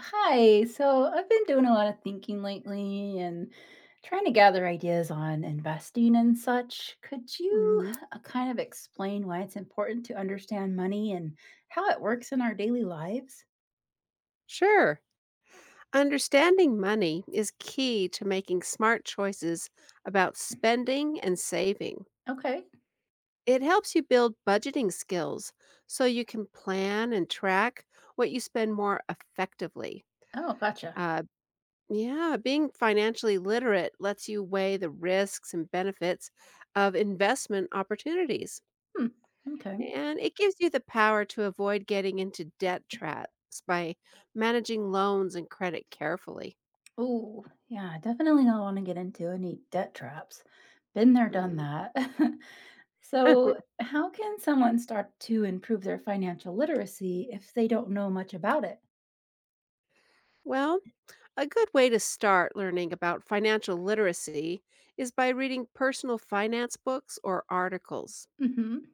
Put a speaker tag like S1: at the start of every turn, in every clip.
S1: Hi. So I've been doing a lot of thinking lately and trying to gather ideas on investing and such. Could you
S2: Mhm.
S1: kind of explain why it's important to understand money and how it works in our daily lives?
S2: Sure. Understanding money is key to making smart choices about spending and saving.
S1: Okay.
S2: It helps you build budgeting skills so you can plan and track what you spend more effectively.
S1: Oh, gotcha.
S2: Uh, yeah, being financially literate lets you weigh the risks and benefits of investment opportunities.
S1: Hmm. Okay.
S2: And it gives you the power to avoid getting into debt traps by managing loans and credit carefully.
S1: Oh, yeah. Definitely don't want to get into any debt traps. Been there, done
S2: Mm.
S1: that. So, how can someone start to improve their financial literacy if they don't know much about it?
S2: Well, a good way to start learning about financial literacy is by reading personal finance books or articles.
S1: Hmm.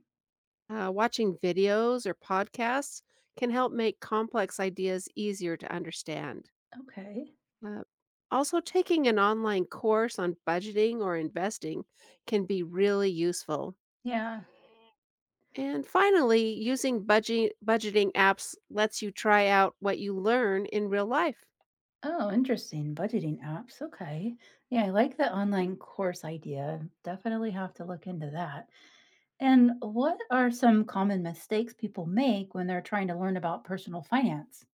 S2: Watching videos or podcasts can help make complex ideas easier to understand.
S1: Okay.
S2: Uh, Also, taking an online course on budgeting or investing can be really useful.
S1: Yeah.
S2: And finally, using budgeting apps lets you try out what you learn in real life.
S1: Oh, interesting. Budgeting apps. Okay. Yeah, I like the
S2: Mhm.
S1: online course idea. Definitely have to look into that. And what are some common mistakes people make when they're trying to learn about personal finance?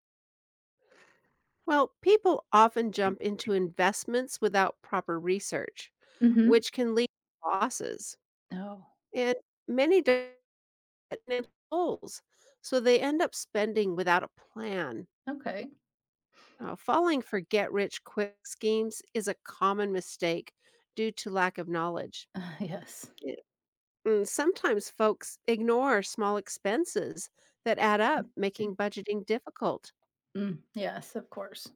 S2: Well, people often jump into investments without proper research,
S1: Hmm.
S2: which can lead to losses.
S1: Oh,
S2: And many and then goals. So they end up spending without a plan.
S1: okay.
S2: Falling for get rich quick schemes is a common mistake due to lack of knowledge.
S1: Yes.
S2: It- and sometimes folks ignore small expenses that add up,
S1: Mm,
S2: making budgeting difficult.
S1: mm, yes, of course.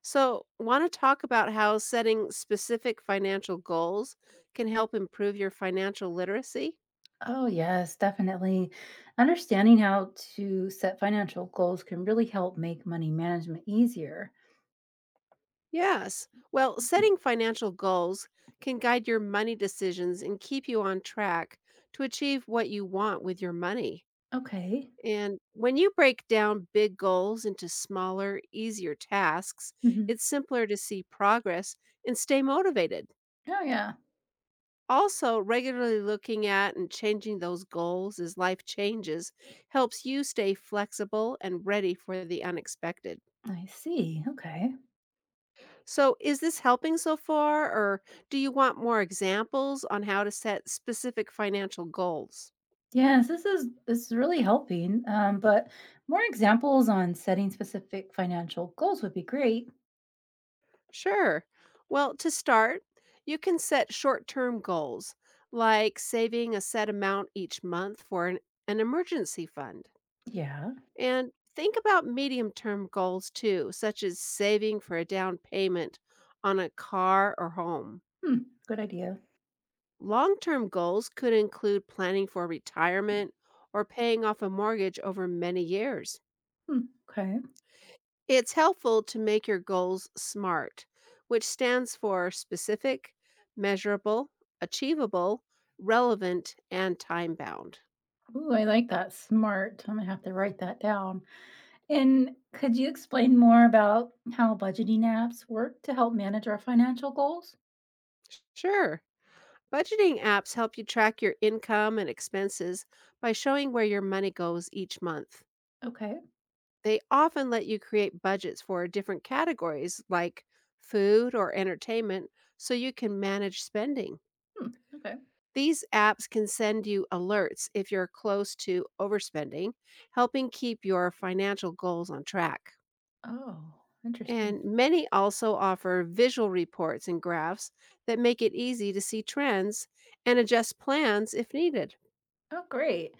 S2: So, want to talk about how setting specific financial goals can help improve your financial literacy?
S1: Oh, yes, definitely. Understanding how to set financial goals can really help make money management easier.
S2: Yes. Well, setting financial goals can guide your money decisions and keep you on track to achieve what you want with your money.
S1: Okay.
S2: And when you break down big goals into smaller, easier tasks,
S1: Hmm.
S2: it's simpler to see progress and stay motivated.
S1: Oh, yeah.
S2: Also, regularly looking at and changing those goals as life changes helps you stay flexible and ready for the unexpected.
S1: I see. Okay.
S2: So, is this helping so far, or do you want more examples on how to set specific financial goals?
S1: Yes, this is really helping. But more examples on setting specific financial goals would be great.
S2: Sure. Well, to start, you can set short term goals, like saving a set amount each month for an emergency fund.
S1: Yeah.
S2: And think about medium term goals too, such as saving for a down payment on a car or home.
S1: Hmm. Good idea.
S2: Long term goals could include planning for retirement or paying off a mortgage over many years.
S1: Hmm. Okay.
S2: It's helpful to make your goals SMART, which stands for specific, measurable, achievable, relevant, and time bound.
S1: Ooh, I like that. Smart. I'm gonna have to write that down. And could you explain more about how budgeting apps work to help manage our financial goals?
S2: Sure. Budgeting apps help you track your income and expenses by showing where your money goes each month.
S1: Okay.
S2: They often let you create budgets for different categories like food or entertainment so you can manage spending.
S1: Hmm. Okay.
S2: These apps can send you alerts if you're close to overspending, helping keep your financial goals on track.
S1: Oh, interesting.
S2: And many also offer visual reports and graphs that make it easy to see trends and adjust plans if needed.
S1: Oh, great.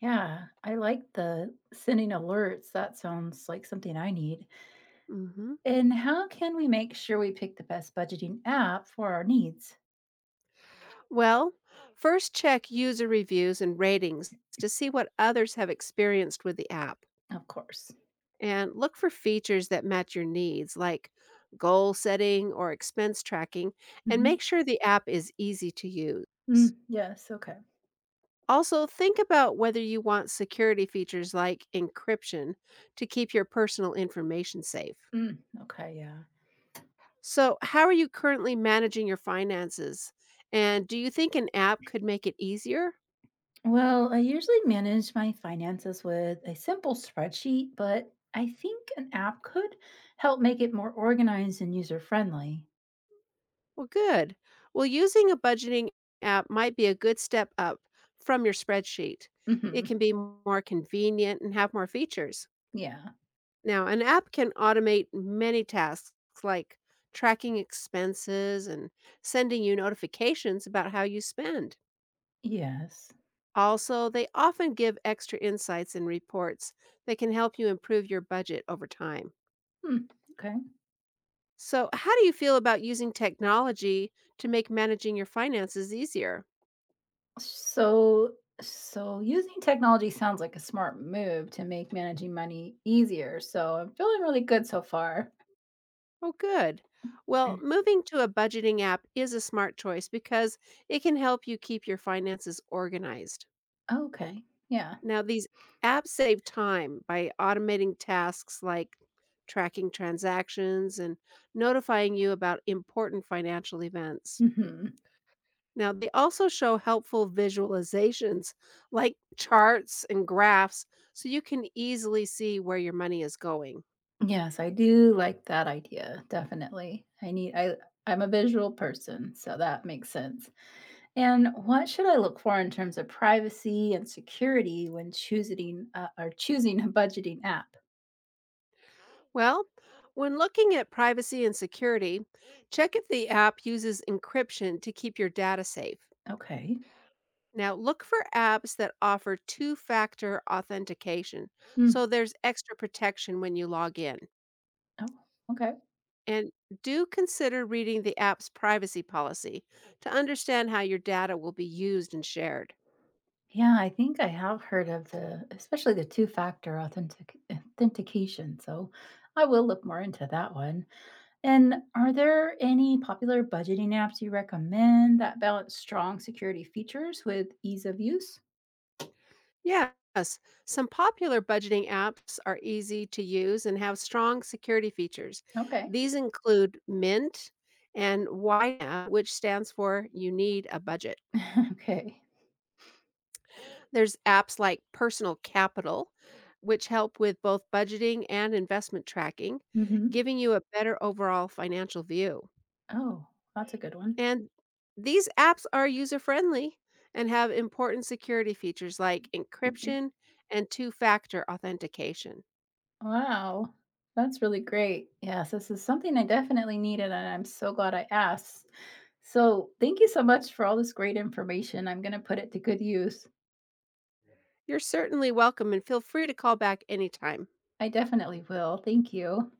S1: Yeah, I like the sending alerts. That sounds like something I need.
S2: Mhm.
S1: And how can we make sure we pick the best budgeting app for our needs?
S2: Well, first check user reviews and ratings to see what others have experienced with the app.
S1: Of course.
S2: And look for features that match your needs, like goal setting or expense tracking, and
S1: Hmm.
S2: make sure the app is easy to use.
S1: Mm, yes. Okay.
S2: Also, think about whether you want security features like encryption to keep your personal information safe.
S1: Mm, okay. Yeah.
S2: So, how are you currently managing your finances? And do you think an app could make it easier?
S1: Well, I usually manage my finances with a simple spreadsheet, but I think an app could help make it more organized and user friendly.
S2: Well, good. Well, using a budgeting app might be a good step up from your spreadsheet. It
S1: Hmm.
S2: can be more convenient and have more features.
S1: Yeah.
S2: Now, an app can automate many tasks like tracking expenses and sending you notifications about how you spend.
S1: Yes.
S2: Also, they often give extra insights and reports that can help you improve your budget over time.
S1: Hmm. Okay.
S2: So, how do you feel about using technology to make managing your finances easier?
S1: So, so using technology sounds like a smart move to make managing money easier. So I'm feeling really good so far.
S2: Oh, good. Well, moving to a budgeting app is a smart choice because it can help you keep your finances organized.
S1: Okay. Yeah.
S2: Now, these apps save time by automating tasks like tracking transactions and notifying you about important financial events.
S1: Mhm.
S2: Now, they also show helpful visualizations like charts and graphs so you can easily see where your money is going.
S1: Yes, I do like that idea, definitely. I need. I'm a visual person, so that makes sense. And what should I look for in terms of privacy and security when choosing or choosing a budgeting app?
S2: Well, when looking at privacy and security, check if the app uses encryption to keep your data safe.
S1: Okay.
S2: Now, look for apps that offer two factor authentication,
S1: Mm.
S2: so there's extra protection when you log in.
S1: Oh, okay.
S2: And do consider reading the app's privacy policy to understand how your data will be used and shared.
S1: Yeah, I think I have heard of the especially the two-factor authentication, so I will look more into that one. And
S2: Hmm.
S1: are there any popular budgeting apps you recommend that balance strong security features with ease of use?
S2: Yes, some popular budgeting apps are easy to use and have strong security features.
S1: Okay.
S2: These include Mint and YNAB, which stands for You Need a Budget.
S1: Okay.
S2: There's apps like Personal Capital, which help with both budgeting and investment tracking,
S1: Hmm.
S2: giving you a better overall financial view.
S1: Oh, that's a good one.
S2: And these apps are user friendly and have important security features like encryption and two factor authentication.
S1: Wow. That's really great. Yes, this is something I definitely needed, and I'm so glad I asked. So, thank you so much for all this great information. I'm going to put it to good use.
S2: You're certainly welcome, and feel free to call back anytime.
S1: I definitely will. Thank you.